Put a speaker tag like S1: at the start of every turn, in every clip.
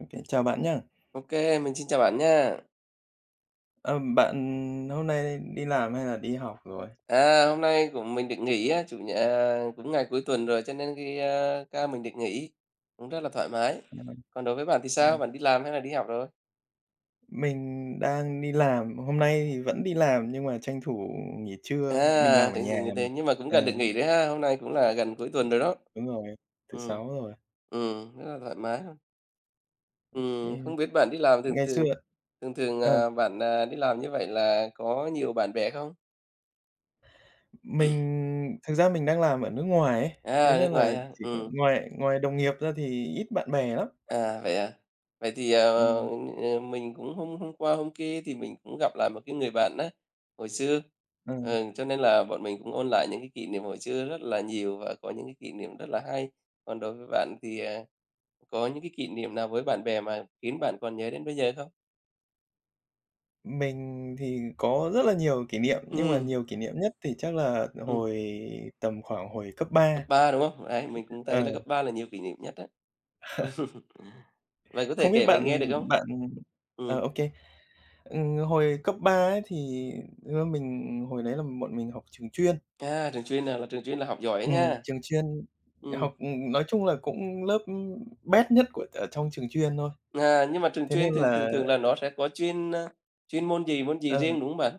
S1: OK, chào bạn nhá.
S2: OK, mình xin chào bạn nha.
S1: Ờ, Bạn hôm nay đi làm hay là đi học rồi?
S2: À, hôm nay của mình được nghỉ á, chủ nhật à, cũng ngày cuối tuần rồi cho nên cái, ca mình được nghỉ, cũng rất là thoải mái.
S1: À, OK.
S2: Còn đối với bạn thì sao? Bạn đi làm hay là đi học rồi?
S1: Mình đang đi làm, hôm nay thì vẫn đi làm nhưng mà tranh thủ nghỉ trưa, mình
S2: À,
S1: làm ở
S2: thế thì
S1: nhà
S2: người
S1: mà.
S2: thế nhưng mà cũng
S1: Ừ,
S2: gần được nghỉ đấy ha, hôm nay cũng là gần cuối tuần rồi đó.
S1: đúng rồi, thứ
S2: Ừ,
S1: Sáu rồi.
S2: Rất là thoải mái ha.
S1: Cái
S2: Không biết bạn đi làm thường
S1: ngày xưa
S2: thường
S1: ờ,
S2: bạn, đi làm như vậy là có nhiều bạn bè không?
S1: Mình, thực ra mình đang làm ở nước ngoài ấy, thế
S2: À, nước
S1: nên
S2: ngoài
S1: là
S2: ha,
S1: chỉ có
S2: Ừ.
S1: ngoài ngoài đồng nghiệp ra thì ít bạn bè lắm.
S2: À? Vậy thì,
S1: Ừm.
S2: mình cũng hôm hôm qua hôm kia thì mình cũng gặp lại một cái người bạn á, hồi xưa,
S1: Ừ. Ờ.
S2: cho nên là bọn mình cũng ôn lại những cái kỷ niệm hồi xưa rất là nhiều và có những cái kỷ niệm rất là hay. Còn đối với bạn thì, có những cái kỷ niệm nào với bạn bè mà khiến bạn còn nhớ đến bây giờ không?
S1: Mình thì có rất là nhiều kỷ niệm, nhưng mà
S2: Ừ,
S1: nhiều kỷ niệm nhất thì chắc là
S2: ừm,
S1: hồi tầm khoảng hồi cấp
S2: cấp
S1: ba.
S2: 3 đúng không? Đấy, mình cũng thấy là
S1: Ờ,
S2: cấp 3 là nhiều kỷ niệm nhất đấy. Vậy có
S1: không
S2: thể
S1: biết
S2: kể mình nghe được
S1: bạn
S2: không?
S1: bạn ờ,
S2: Ừ,
S1: Ô kê. Hồi cấp 3 ấy thì, thực ra mình hồi đấy là bọn mình học trường chuyên.
S2: trường chuyên à, là trường chuyên là học giỏi á nha.
S1: Trường chuyên
S2: Ừ.
S1: học, nói chung là cũng lớp, bét nhất của ở trong trường chuyên thôi.
S2: À, nhưng mà trường
S1: Thế
S2: chuyên
S1: nên
S2: thì
S1: là
S2: thường thường là nó sẽ có chuyên môn gì
S1: ờ,
S2: riêng, đúng không bạn?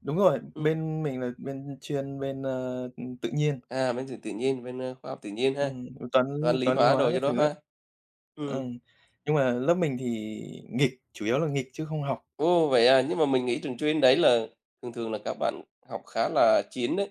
S1: Đúng rồi,
S2: Ừm,
S1: bên mình là bên chuyên bên tự nhiên.
S2: Bên trường tự nhiên, bên, khoa học tự nhiên ha,
S1: Ừm, toán
S2: toán, lý,
S1: toán lý
S2: hóa
S1: hóa
S2: đồ cho
S1: các
S2: đó
S1: thứ ấy.
S2: ha.
S1: Ừ,
S2: Ừm,
S1: nhưng mà lớp mình thì nghịch, chủ yếu là nghịch chứ không học.
S2: ô, vậy à, nhưng mà mình nghĩ trường chuyên đấy là thường thường là các bạn học khá là chín đấy,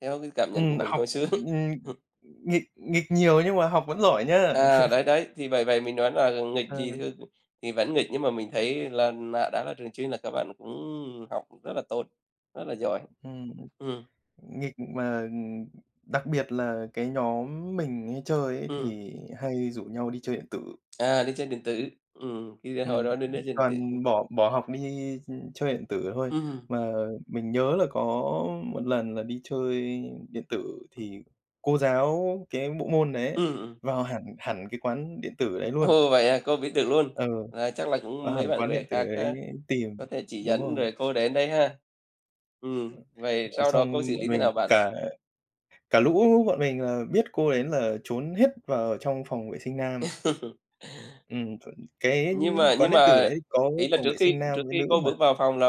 S2: theo cái cảm nhận của mình
S1: Học,
S2: hồi xưa.
S1: ừm, nghịch nghịch nhiều nhưng mà học vẫn giỏi nhá.
S2: À, đấy, đấy, thì vậy vậy mình nói là nghịch
S1: Ờ,
S2: gì thì vẫn nghịch, nhưng mà mình thấy là đã là trường chuyên là các bạn cũng học rất là tốt, rất là giỏi.
S1: ừm,
S2: Ừm,
S1: Nghịch mà, đặc biệt là cái nhóm mình hay chơi ấy
S2: ừm.
S1: thì hay rủ nhau đi chơi điện tử.
S2: À, đi chơi điện tử, thì hồi
S1: Ừm,
S2: đó mình đi chơi điện tử cũng
S1: toàn bỏ bỏ học đi, chơi điện tử thôi.
S2: ừm,
S1: Mà mình nhớ là có một lần là đi chơi điện tử
S2: ừm,
S1: thì cô giáo cái bộ môn đấy vào hẳn hẳn cái quán điện tử đấy luôn.
S2: Ồ, vậy à, cô biết được luôn.
S1: Ừ,
S2: Là chắc là
S1: và
S2: cũng mấy
S1: hẳn
S2: bạn
S1: quán
S2: bè
S1: điện tử
S2: khác
S1: đấy
S2: á,
S1: tìm.
S2: có thể chỉ
S1: Đúng
S2: dẫn
S1: rồi,
S2: rồi cô đến đây ha. Vậy
S1: ờ,
S2: sau đó cô
S1: Xong
S2: xử
S1: bọn
S2: lý thế
S1: mình
S2: nào bạn?
S1: cả cả lũ bọn mình là biết cô đến là trốn hết vào ở trong phòng vệ sinh nam. Chuẩn, cái
S2: Nhưng mà
S1: quán
S2: nhưng
S1: điện tử
S2: mà
S1: đấy có
S2: ý là
S1: phòng
S2: trước
S1: vệ
S2: khi
S1: sinh nam
S2: trước
S1: với
S2: khi cô
S1: nữ mà.
S2: bước vào phòng là,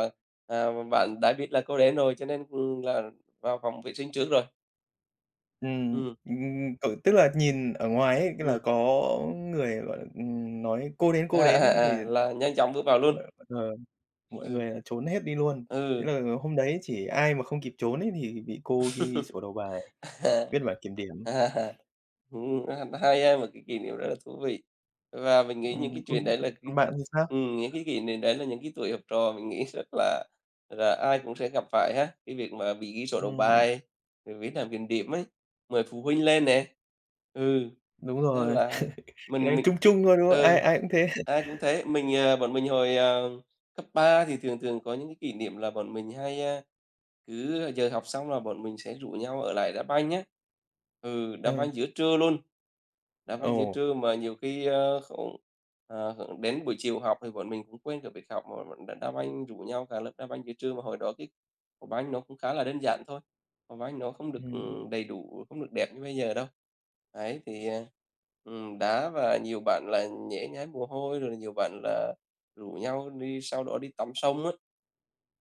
S2: bạn đã biết là cô đến rồi, cho nên, là vào phòng vệ sinh trước rồi. Ừm,
S1: Kiểu, tức là nhìn ở ngoài ấy, là
S2: ừm.
S1: có người, gọi là, nói cô đến" ấy, thì
S2: Là nhanh chóng bước vào luôn.
S1: mọi ờ, mọi
S2: Ừ,
S1: người là trốn hết đi luôn. Thế
S2: ừ.
S1: là hôm đấy chỉ ai mà không kịp trốn ấy thì bị cô ghi sổ đầu bài, viết bản kiểm điểm.
S2: À. À. Ừm, Hay ha, một cái kỷ niệm rất là thú vị. Và mình nghĩ những cái
S1: Còn
S2: chuyện đấy là
S1: còn
S2: cái
S1: bạn thì sao?
S2: những cái kỷ niệm đấy là những cái tuổi học trò mình nghĩ rất là ai cũng sẽ gặp phải ha. Cái việc mà bị ghi sổ đầu
S1: Ừm,
S2: bài, rồi viết làm kiểm điểm ấy, mời phụ huynh lên nè. Ừ,
S1: đúng
S2: rất
S1: rồi,
S2: là
S1: cái
S2: hay.
S1: đấy
S2: Mình mình
S1: chung chung thôi, đúng không? Ai
S2: ừ,
S1: ai cũng thế.
S2: Ai cũng thế. Bọn mình hồi, cấp 3 thì thường thường có những cái kỷ niệm là bọn mình hay, cứ giờ học xong là bọn mình sẽ rủ nhau ở lại đá banh nhá. Ừ, đá
S1: Ừ.
S2: banh giữa trưa luôn, đá
S1: Ồ.
S2: banh giữa trưa mà nhiều khi, không hưởng đến buổi chiều học thì bọn mình cũng quên cả việc học mà bọn đá đá banh rủ nhau cả lớp đá banh giữa trưa, mà hồi đó cái quả banh nó cũng khá là đơn giản thôi, quả banh nó không được,
S1: Ừm.
S2: đầy đủ, không được đẹp như bây giờ đâu. Đấy, thì, đá và nhiều bạn là nhễ nhái mồ hôi, rồi nhiều bạn là rủ nhau đi sau đó đi tắm sông á.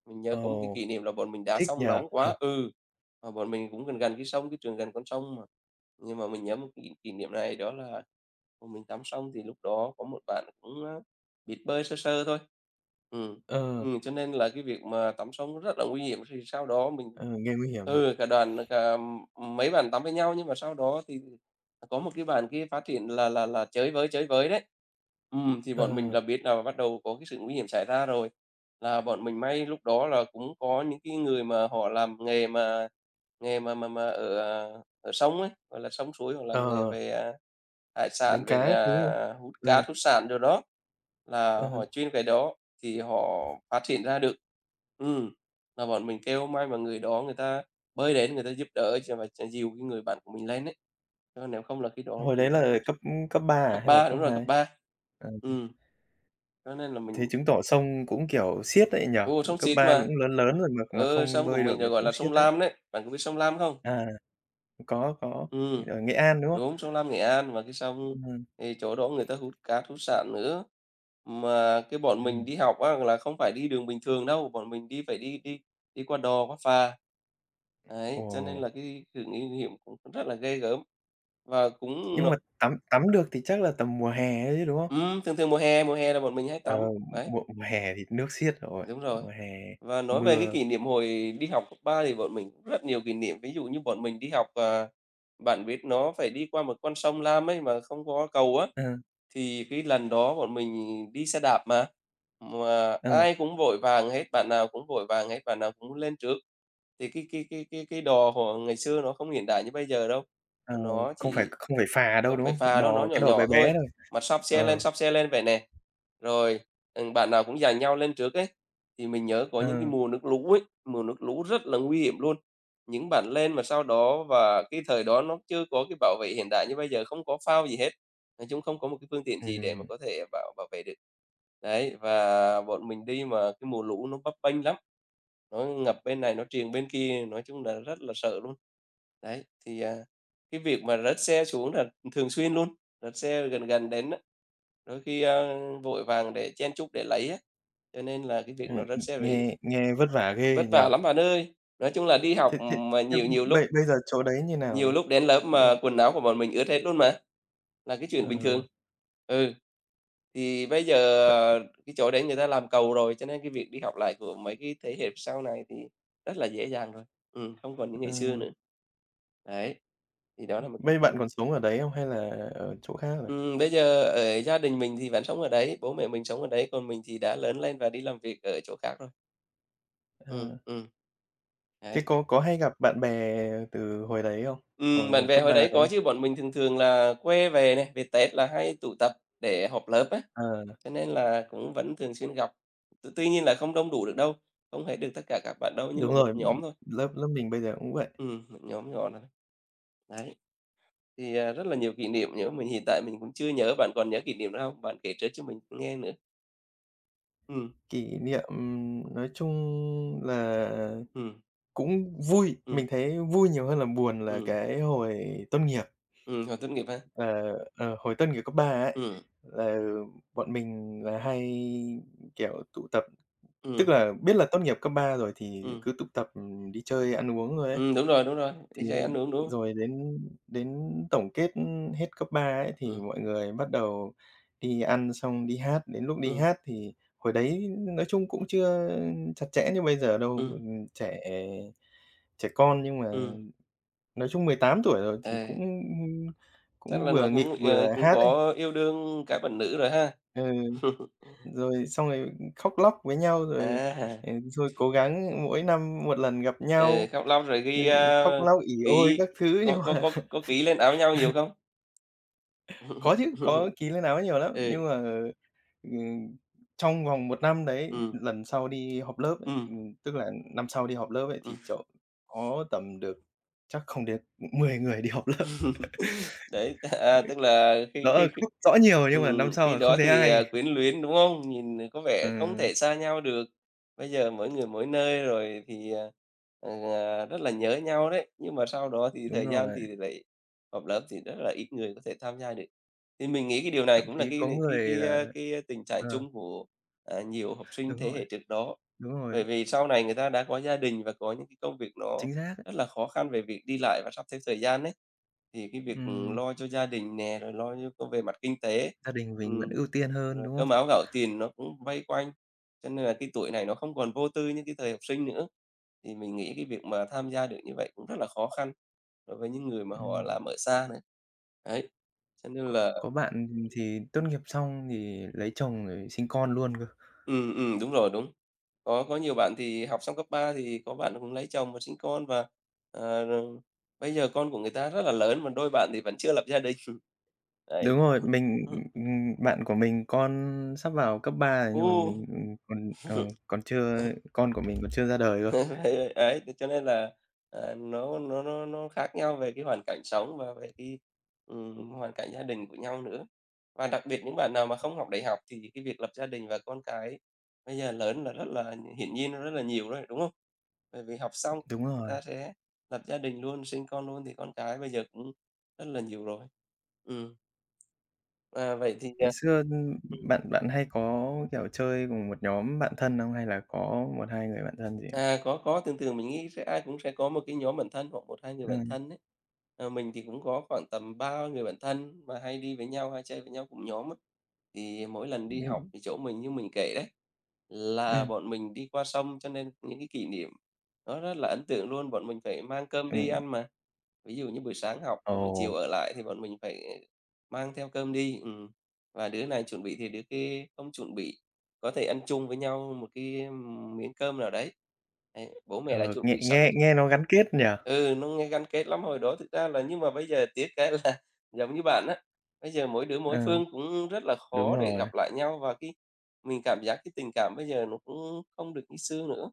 S2: Mình nhớ có một cái
S1: Ồ,
S2: kỷ niệm là bọn mình đá
S1: thích nhỉ?
S2: sông nóng quá mà bọn mình cũng gần gần cái sông, cái trường gần con sông mà. Nhưng mà mình nhớ một kỷ kỷ niệm này đó là bọn mình tắm xong thì lúc đó có một bạn cũng, biết bơi sơ sơ thôi. Ừm,
S1: Ờ,
S2: cho nên là cái việc mà tắm sông rất là nguy hiểm, thì sau đó mình
S1: ờ, nghe nguy hiểm rồi.
S2: cả đoàn, cả mấy bạn tắm với nhau nhưng mà sau đó thì có một cái bạn kia phát hiện là là chơi với đấy. Thì bọn mình
S1: Ờ,
S2: là biết là bắt đầu có cái sự nguy hiểm xảy ra rồi. Là bọn mình may lúc đó là cũng có những cái người mà họ làm nghề mà ở sông ấy, gọi là, sông suối, họ làm nghề
S1: ờ,
S2: về, hải sản,
S1: đánh cá
S2: về,
S1: các thứ.
S2: hút cá
S1: Ừ,
S2: hút sạn đồ đó, là
S1: ừ,
S2: họ chuyên cái đó thì họ phát hiện ra được. Ừm, là bọn mình kêu may mà người đó người ta bơi đến người ta giúp đỡ cho và ch dìu cái người bạn của mình lên đấy chứ nếu không là khi đó
S1: hồi đấy
S2: cũng nó có
S1: là cấp
S2: chuyện.
S1: cấp ba à
S2: Cấp
S1: hay là
S2: 3
S1: cấp
S2: đúng rồi,
S1: hai?
S2: cấp ba.
S1: Ờ,
S2: Ừm, cho nên là
S1: thế
S2: mình.
S1: chứng tỏ sông cũng, kiểu, xiết đấy nhỉ?
S2: Ồ, sông
S1: Cấp
S2: xịt
S1: 3
S2: mà.
S1: cũng lớn lớn rồi mà
S2: Ừ,
S1: không
S2: sông của
S1: bơi được
S2: mình là,
S1: là
S2: gọi
S1: cũng
S2: là,
S1: xiết
S2: sông
S1: đấy.
S2: Lam đấy, bạn có biết sông Lam không?
S1: À, có,
S2: Ừm,
S1: ở Nghệ An, đúng không?
S2: đúng, sông Lam Nghệ An và cái sông
S1: Ừm.
S2: thì chỗ đó người ta hút cát, hút sạn nữa. Mà cái bọn mình
S1: Ừm.
S2: đi học á là không phải đi đường bình thường đâu, bọn mình đi phải đi đi đi qua đò, qua phà.
S1: Ồ,
S2: Đấy, cho nên là cái sự nguy hiểm cũng rất là ghê gớm và cũng
S1: nhưng
S2: nó.
S1: mà tắm tắm được thì chắc là tầm mùa hè ấy chứ, đúng không?
S2: Thường thường mùa hè là bọn mình hay
S1: Ờ,
S2: tắm, đấy,
S1: mùa mùa hè thì nước xiết rồi,
S2: đúng rồi.
S1: mùa hè
S2: Và nói về cái
S1: mưa.
S2: kỷ niệm hồi đi học cấp 3 thì bọn mình cũng rất nhiều kỷ niệm, ví dụ như bọn mình đi học, bạn biết nó phải đi qua một con sông Lam ấy mà không có cầu á,
S1: ờ,
S2: thì cái lần đó bọn mình đi xe đạp mà
S1: ờ,
S2: ai cũng vội vàng hết, bạn nào cũng vội vàng hết, bạn nào cũng muốn lên trước. Thì cái đò hồi ngày xưa nó không hiện đại như bây giờ đâu,
S1: ờ,
S2: nó
S1: không phải
S2: chỉ
S1: không phải phà đâu,
S2: không
S1: đúng
S2: phải
S1: không?
S2: phà đâu, nó
S1: Đò,
S2: nhỏ
S1: cái đò bé
S2: nhỏ
S1: bé
S2: thôi,
S1: thôi.
S2: mà
S1: Ờ.
S2: xóc xe lên vậy nè. Rồi, bạn nào cũng dành nhau lên trước ấy, thì mình nhớ có những cái
S1: Ờ.
S2: mùa nước lũ ấy, mùa nước lũ rất là nguy hiểm luôn. Những bạn lên mà sau đó và cái thời đó nó chưa có cái bảo vệ hiện đại như bây giờ, không có phao gì hết, nói chung không có một cái phương tiện
S1: ừm,
S2: gì để mà
S1: ừm,
S2: có thể bảo bảo vệ được. Đấy, và bọn mình đi mà cái mùa lũ nó bấp bênh lắm, nó ngập bên này, nó triền bên kia, nói chung là rất là sợ luôn. Đấy, thì, cái việc mà rớt xe xuống là thường xuyên luôn, nó sẽ gần gần đến á, đôi khi, vội vàng để chen chúc để lấy á, cho nên là cái việc nó rất sẽ bị
S1: nghe nghe vất vả ghê
S2: vất
S1: nhỉ?
S2: vả lắm bạn ơi. Nói chung là đi
S1: Thế
S2: học
S1: thế
S2: mà
S1: thế
S2: nhiều
S1: bây bây giờ chỗ đấy như nào
S2: nhiều
S1: rồi?
S2: lúc đến lớp
S1: Bây
S2: mà quần áo của bọn mình ướt hết luôn mà, là cái chuyện bình
S1: ờ,
S2: thường. Ừ, thì bây giờ ờ, cái chỗ đấy người ta làm cầu rồi, cho nên cái việc đi học lại của mấy cái thế hệ sau này thì rất là dễ dàng rồi, không còn những
S1: ờ,
S2: ngày xưa nữa. Đấy, thì đó là một cái
S1: Bây
S2: kỷ.
S1: bạn còn sống ở đấy không hay là ở chỗ khác rồi?
S2: Bây giờ ở gia đình mình thì vẫn sống ở đấy, bố mẹ mình sống ở đấy, còn mình thì đã lớn lên và đi làm việc ở chỗ khác rồi. Ừ,
S1: Ờ,
S2: ừ,
S1: thế
S2: đấy.
S1: có hay gặp bạn bè từ hồi đấy không? Hồi
S2: Bạn
S1: hồi
S2: bè
S1: cấp
S2: hồi
S1: 3
S2: đấy
S1: đấy
S2: có
S1: không?
S2: chứ, bọn mình thường thường là quê về này, về Tết là hay tụ tập để họp lớp á,
S1: Ờ,
S2: cho nên là cũng vẫn thường xuyên gặp. Tuy nhiên là không đông đủ được đâu, không hết được tất cả các bạn đâu, nhưng mà
S1: đúng
S2: một
S1: rồi,
S2: nhóm thôi,
S1: lớp lớp mình bây giờ cũng vậy.
S2: một nhóm nhỏ thôi. Đấy, thì, rất là nhiều kỷ niệm nhớ mình hiện tại mình cũng chưa nhớ, bạn còn nhớ kỷ niệm đó không? Bạn kể trước cho mình nghe nữa. Ừ,
S1: Kỷ niệm, nói chung là
S2: ừ,
S1: cũng vui,
S2: ừ,
S1: mình thấy vui nhiều hơn là buồn là
S2: ừ.
S1: cái hồi tốt nghiệp.
S2: Hồi tốt nghiệp ha?
S1: Ờ, ờ, hồi tốt nghiệp cấp 3 ấy,
S2: Ừ.
S1: là bọn mình là hay, kiểu, tụ tập, tức
S2: Ừ,
S1: là biết là tốt nghiệp cấp 3 rồi thì
S2: ừ,
S1: cứ tụ tập, ừ, đi chơi, ăn uống rồi ấy.
S2: ừ, đúng rồi, đi
S1: Thì
S2: dây ăn uống đúng hông?
S1: rồi đến đến tổng kết, hết cấp 3 ấy, thì
S2: Ừ,
S1: mọi người bắt đầu đi ăn xong đi hát, đến lúc đi
S2: ừ,
S1: hát thì hồi đấy nói chung cũng chưa chặt chẽ như bây giờ đâu,
S2: ừm,
S1: trẻ trẻ con nhưng mà
S2: ừm,
S1: nói chung 18 tuổi rồi
S2: ờ,
S1: thì cũng
S2: chắc
S1: cũng
S2: là nó
S1: vừa nghịch
S2: cũng,
S1: vừa
S2: ờ, cũng
S1: hát ấy.
S2: có yêu đương cái bạn nữ rồi ha?
S1: Ừ, rồi xong rồi khóc lóc với nhau rồi,
S2: À,
S1: ờ, rồi cố gắng mỗi năm một lần gặp
S2: ừ,
S1: nhau,
S2: khóc lóc rồi
S1: ừ,
S2: ghi, a,
S1: khóc lóc ỉ ôi
S2: ký
S1: các thứ nhưng
S2: có có
S1: mà
S2: có có ký lên áo nhau nhiều không?
S1: có chứ, có ký lên áo nhiều lắm,
S2: Ừ,
S1: nhưng mà, ừm, trong vòng một năm đấy,
S2: ừ
S1: lần sau đi họp lớp ấy,
S2: ừ
S1: tức là năm sau đi họp lớp ấy, thì chỗ có tầm được, chắc không đến 10 người đi họp lớp.
S2: Đấy, à, tức là khi
S1: Rõ là
S2: khi khi
S1: không rõ nhiều nhưng mà năm sau
S2: khi
S1: là không
S2: đó
S1: thấy
S2: thì,
S1: ai.
S2: à, quyến luyến, đúng không? Nhìn có vẻ không
S1: Ừm,
S2: thể xa nhau được. Bây giờ mỗi người mỗi nơi rồi thì, à, ờ, à, rất là nhớ nhau đấy, nhưng mà sau đó thì
S1: đúng
S2: thời gian
S1: rồi,
S2: thì lại họp lớp thì rất là ít người có thể tham gia được. Thì mình nghĩ cái điều này
S1: thậm
S2: cũng là
S1: chí có người là,
S2: cái tình trạng
S1: ờ,
S2: chung của, à, nhiều học sinh
S1: đúng
S2: thế
S1: rồi,
S2: hệ trước đó.
S1: đúng rồi,
S2: Bởi vì sau này người ta đã có gia đình và có những cái công việc nó
S1: chính xác ấy.
S2: rất là khó khăn về việc đi lại và sắp xếp thời gian ấy. Thì cái việc,
S1: Ừm,
S2: lo cho gia đình nè, rồi lo cho có về mặt kinh tế,
S1: gia đình mình vẫn
S2: ừm,
S1: ưu tiên hơn,
S2: rồi
S1: đúng
S2: cơm
S1: không?
S2: áo gạo tiền nó cũng vây quanh, cho nên là cái tuổi này nó không còn vô tư như cái thời học sinh nữa. Thì mình nghĩ cái việc mà tham gia được như vậy cũng rất là khó khăn đối với những người mà họ
S1: Ừm,
S2: làm ở xa nữa. Đấy, cho nên
S1: có
S2: là
S1: có bạn thì tốt nghiệp xong thì lấy chồng rồi sinh con luôn cơ.
S2: đúng rồi, đúng. Có nhiều bạn thì học xong cấp 3 thì có bạn cũng lấy chồng và sinh con và, ờ, rồi bây giờ con của người ta rất là lớn, mà đôi bạn thì vẫn chưa lập gia đình. Đấy.
S1: Đúng rồi, mình, bạn của mình con sắp vào cấp 3 rồi nhưng mà mình, còn, ờ, còn chưa, con của mình còn chưa ra đời cơ.
S2: Đấy, đấy, thế cho nên là, à, nó khác nhau về cái hoàn cảnh sống và về cái, hoàn cảnh gia đình của nhau nữa. Và đặc biệt những bạn nào mà không học đại học thì cái việc lập gia đình và con cái bây giờ lớn là rất là hiển nhiên nó rất là nhiều rồi, đúng không? Bởi vì học xong
S1: Đúng
S2: người
S1: rồi.
S2: ta sẽ lập gia đình luôn, sinh con luôn thì con cái bây giờ cũng rất là nhiều rồi. Ừ, à, vậy thì,
S1: Ngày xưa,
S2: à.
S1: bạn bạn hay có, kiểu, chơi cùng một nhóm bạn thân không? Hay là có một 2 người bạn thân gì không?
S2: À, có, thường thường mình nghĩ sẽ ai cũng sẽ có một cái nhóm bạn thân hoặc một 2 người bạn
S1: Ừm,
S2: thân đấy. Ờ, mình thì cũng có khoảng tầm 3 người bạn thân mà hay đi với nhau, hay chơi với nhau cùng nhóm á. Thì mỗi lần đi
S1: yêu
S2: học thì chỗ mình như mình kể đấy, là
S1: ừm,
S2: bọn mình đi qua sông, cho nên những cái kỷ niệm nó rất là ấn tượng luôn. Bọn mình phải mang cơm đi
S1: ừm,
S2: ăn mà. Ví dụ như buổi sáng học
S1: ồ,
S2: và buổi chiều ở lại thì bọn mình phải ờ, mang theo cơm đi, và đứa này chuẩn bị thì đứa kia không chuẩn bị. Có thể ăn chung với nhau một cái, miếng cơm nào đấy. Đấy, bố mẹ đã
S1: ờ,
S2: chuẩn
S1: nghe
S2: bị sẵn
S1: nghe
S2: chứ.
S1: nghe nó gắn kết nhỉ?
S2: Ừ, nó nghe gắn kết lắm, hồi đó thực ra là nhưng mà bây giờ tiếc cái là giống như bạn á, bây giờ mỗi đứa mỗi
S1: Ờ,
S2: phương cũng rất là
S1: đúng
S2: khó để
S1: rồi,
S2: gặp lại nhau và cái mình cảm giác cái tình cảm bây giờ nó cũng không được như xưa nữa.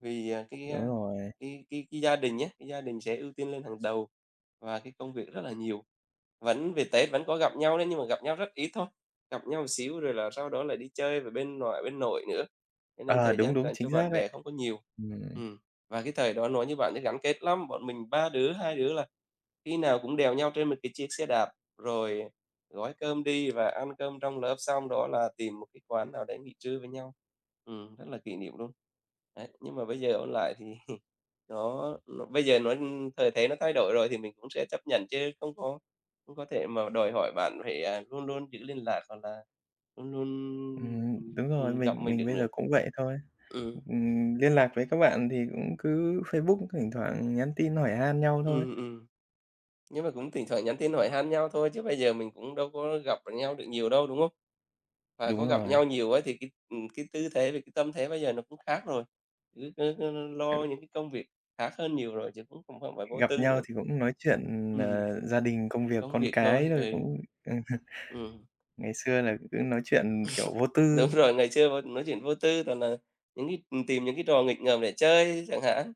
S2: Vì, à, cái,
S1: đúng
S2: a,
S1: rồi.
S2: cái gia đình nhé, cái gia đình sẽ ưu tiên lên hàng đầu và cái công việc rất là nhiều. Vẫn về Tết vẫn có gặp nhau đấy, nhưng mà gặp nhau rất ít thôi, gặp nhau một xíu rồi là sau đó lại đi chơi về bên ngoại, bên nội nữa, cho nên
S1: Ờ,
S2: thời
S1: đúng,
S2: gian
S1: đúng,
S2: dành
S1: chính
S2: cho
S1: xác
S2: bạn
S1: đấy.
S2: bè không có nhiều.
S1: Ừm.
S2: Ừm, và cái thời đó nói như bạn ấy gắn kết lắm, bọn mình 3 đứa, 2 đứa là khi nào cũng đèo nhau trên một cái chiếc xe đạp, rồi gói cơm đi và ăn cơm trong lớp xong đó là tìm một cái quán nào đấy nghỉ trưa với nhau. Rất là kỷ niệm luôn. Đấy, nhưng mà bây giờ ôn lại thì nó bây giờ nó thời thế nó thay đổi rồi thì mình cũng sẽ chấp nhận chứ không có thể mà đòi hỏi bạn phải, à, luôn luôn giữ liên lạc, hoặc là luôn luôn,
S1: Đúng rồi, mình
S2: gặp mình
S1: mình
S2: được
S1: bây
S2: nữa.
S1: giờ cũng vậy thôi.
S2: Ừ,
S1: Liên lạc với các bạn thì cũng cứ Facebook thỉnh thoảng nhắn tin hỏi han nhau thôi.
S2: ừm. Nhưng mà cũng thỉnh thoảng nhắn tin hỏi han nhau thôi chứ bây giờ mình cũng đâu có gặp nhau được nhiều đâu, đúng không? Và
S1: Đúng
S2: có gặp
S1: rồi,
S2: nhau nhiều ấy thì cái, ừ, cái tư thế với cái tâm thế bây giờ nó cũng khác rồi, cứ cứ cứ
S1: ừ,
S2: lo những cái công việc khác hơn nhiều rồi, chứ cũng không không phải vô
S1: gặp
S2: tư
S1: nhau
S2: nữa.
S1: thì cũng nói chuyện,
S2: Ừm,
S1: ờ, gia đình, công việc,
S2: công
S1: con
S2: việc
S1: cái
S2: thôi, ừ,
S1: rồi cũng
S2: ừm,
S1: ngày xưa là cứ nói chuyện, kiểu, vô
S2: đúng
S1: tư.
S2: rồi, ngày xưa vô nói chuyện vô tư toàn là những cái ừ, tìm những cái trò nghịch ngợm để chơi chẳng hạn.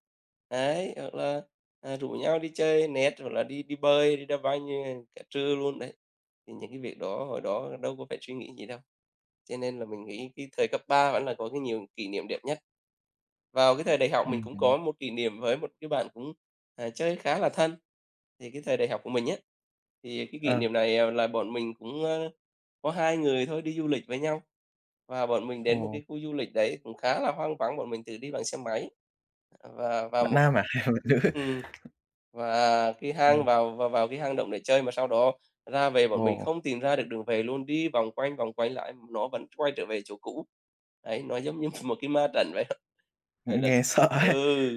S2: Đấy, hoặc là, à, rủ nhau đi chơi net hoặc là đi đi bơi, đi đá banh, ơ, cả trưa luôn đấy. Thì những cái việc đó hồi đó đâu có phải suy nghĩ gì đâu, cho nên là mình nghĩ cái thời cấp 3 vẫn là có cái nhiều kỷ niệm đẹp nhất. Vào cái thời đại học mình cũng
S1: Ừm.
S2: có một kỷ niệm với một cái bạn cũng, à, chơi khá là thân. Thì cái thời đại học của mình á, thì cái kỷ
S1: Ờ.
S2: niệm này, à, là bọn mình cũng, ơ, có 2 người thôi đi du lịch với nhau, và bọn mình
S1: Ồ,
S2: đến một cái khu du lịch đấy cũng khá là hoang vắng, bọn mình tự đi bằng xe máy, à, và vào
S1: bạn
S2: một
S1: nam à hay bạn nữ?
S2: ừm, và cái hang
S1: Ừm.
S2: vào vào vào cái hang động để chơi mà sau đó ra về bọn mình
S1: Ồ,
S2: không tìm ra được đường về luôn, đi vòng quanh lại nó vẫn quay trở về chỗ cũ. Đấy, nó giống như một cái ma trận vậy đó. Vậy là
S1: nghe sợ ấy.
S2: ừ,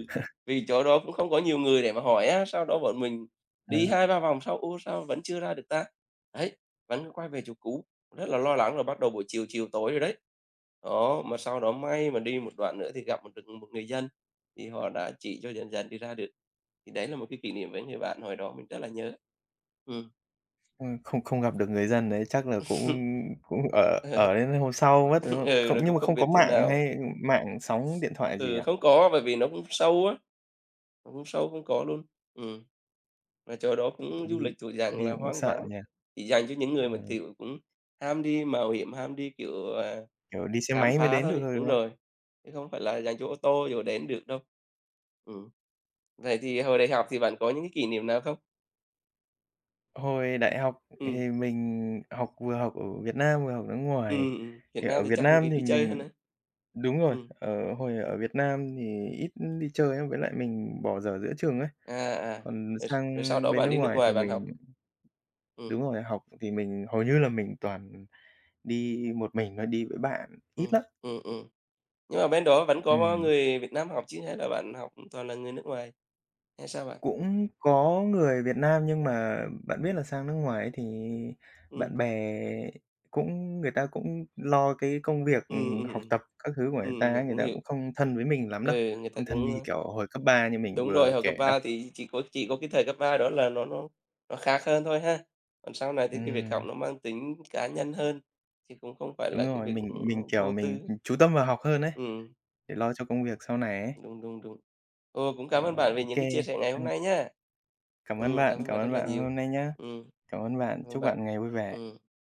S2: vì chỗ đó cũng không có nhiều người để mà hỏi á, sau đó bọn mình
S1: Ờ.
S2: đi hai ba vòng sau, ô, sao vẫn chưa ra được ta? Đấy, vẫn quay về chỗ cũ, rất là lo lắng rồi bắt đầu buổi chiều, chiều tối rồi đấy. Đó, mà sau đó may mà đi một đoạn nữa thì gặp một được một người dân, thì họ đã chỉ cho dần dần đi ra được. Thì đấy là một cái kỷ niệm với người bạn hồi đó mình rất là nhớ. Ừm.
S1: Không không gặp được người dân đấy, chắc là cũng cũng ở ở đến hôm sau mất, đúng không?
S2: Ừ,
S1: Không,
S2: rồi
S1: nhưng
S2: cũng
S1: mà
S2: không
S1: không có
S2: biết thế
S1: mạng
S2: nào.
S1: hay mạng sóng điện thoại gì
S2: Ừ,
S1: à?
S2: không có, bởi vì nó cũng sâu á, nó cũng sâu không có luôn. Ừm. Và chỗ đó cũng du
S1: Đi
S2: lịch thuộc dạng
S1: đi
S2: là
S1: cũng
S2: hoang
S1: sợ
S2: vắng,
S1: nhỉ?
S2: chỉ dành cho những người mà,
S1: Ừm,
S2: kiểu, cũng ham đi mạo hiểm, ham đi, kiểu, à,
S1: kiểu, đi xe
S2: khám
S1: máy mới
S2: phá
S1: đến được
S2: thôi.
S1: thôi,
S2: Đúng
S1: đúng không?
S2: rồi, chứ không phải là dành cho ô tô rồi đến được đâu. Ừm. Vậy thì hồi đại học thì bạn có những cái kỷ niệm nào không?
S1: Hồi đại học
S2: Ừm,
S1: thì mình học, vừa học ở Việt Nam, vừa học nước ngoài.
S2: Việt
S1: Thì ở
S2: Nam thì
S1: Việt
S2: chắc cũng
S1: Nam
S2: ít
S1: thì
S2: đi chơi hơn
S1: mình,
S2: đấy.
S1: đúng rồi,
S2: Ừm,
S1: hồi ở Việt Nam thì ít đi chơi lắm, với lại mình bỏ dở giữa trường ấy.
S2: à, à,
S1: Còn
S2: rồi
S1: sang
S2: rồi sau đó
S1: bên
S2: bạn
S1: nước
S2: đi nước
S1: ngoài thì
S2: ngoài bạn
S1: mình,
S2: học.
S1: đúng
S2: Ừm,
S1: rồi, học thì mình hầu như là mình toàn đi một mình thôi, đi với bạn ít
S2: ừm,
S1: lắm.
S2: ừm, ừm. Nhưng mà bên đó vẫn có
S1: Ừm.
S2: người Việt Nam học chứ hay là bạn học toàn là người nước ngoài hay sao bạn?
S1: Cũng có người Việt Nam nhưng mà bạn biết là sang nước ngoài ấy thì
S2: Ừm,
S1: bạn bè cũng, người ta cũng lo cái công việc,
S2: ừm, ừm,
S1: học
S2: ừm.
S1: tập các thứ của người ta ấy,
S2: Mình
S1: người
S2: cũng
S1: ta
S2: hiểu.
S1: cũng không thân với mình lắm
S2: Ừ,
S1: đâu,
S2: người ta
S1: không thân như
S2: cũng, ơ
S1: kiểu hồi cấp 3 như mình
S2: đúng rồi,
S1: vừa
S2: hồi cấp
S1: kể đâu.
S2: 3 thì chỉ có cái thời cấp 3 đó là nó nó khác hơn thôi ha. Còn sau này thì cái việc học
S1: Ừm,
S2: nó mang tính cá nhân hơn, chứ cũng không phải
S1: đúng
S2: là cái
S1: rồi,
S2: việc,
S1: mình
S2: ừ, nó
S1: mình, kiểu,
S2: vô
S1: mình
S2: tư.
S1: chú tâm vào học hơn ấy,
S2: Ừm,
S1: để lo cho công việc sau này ấy.
S2: đúng, đúng, đúng. Ồ, cũng cảm ơn
S1: Rồi,
S2: bạn về
S1: ô
S2: những cái
S1: kê,
S2: chia sẻ ngày hôm
S1: ừm,
S2: nay nhá. Cảm ơn
S1: cảm
S2: bạn
S1: ơn
S2: rất là
S1: bạn
S2: nhiều.
S1: hôm nay nhá.
S2: Ừm,
S1: Cảm ơn bạn,
S2: cảm ơn
S1: chúc
S2: bạn.
S1: bạn ngày vui vẻ.
S2: Ừm.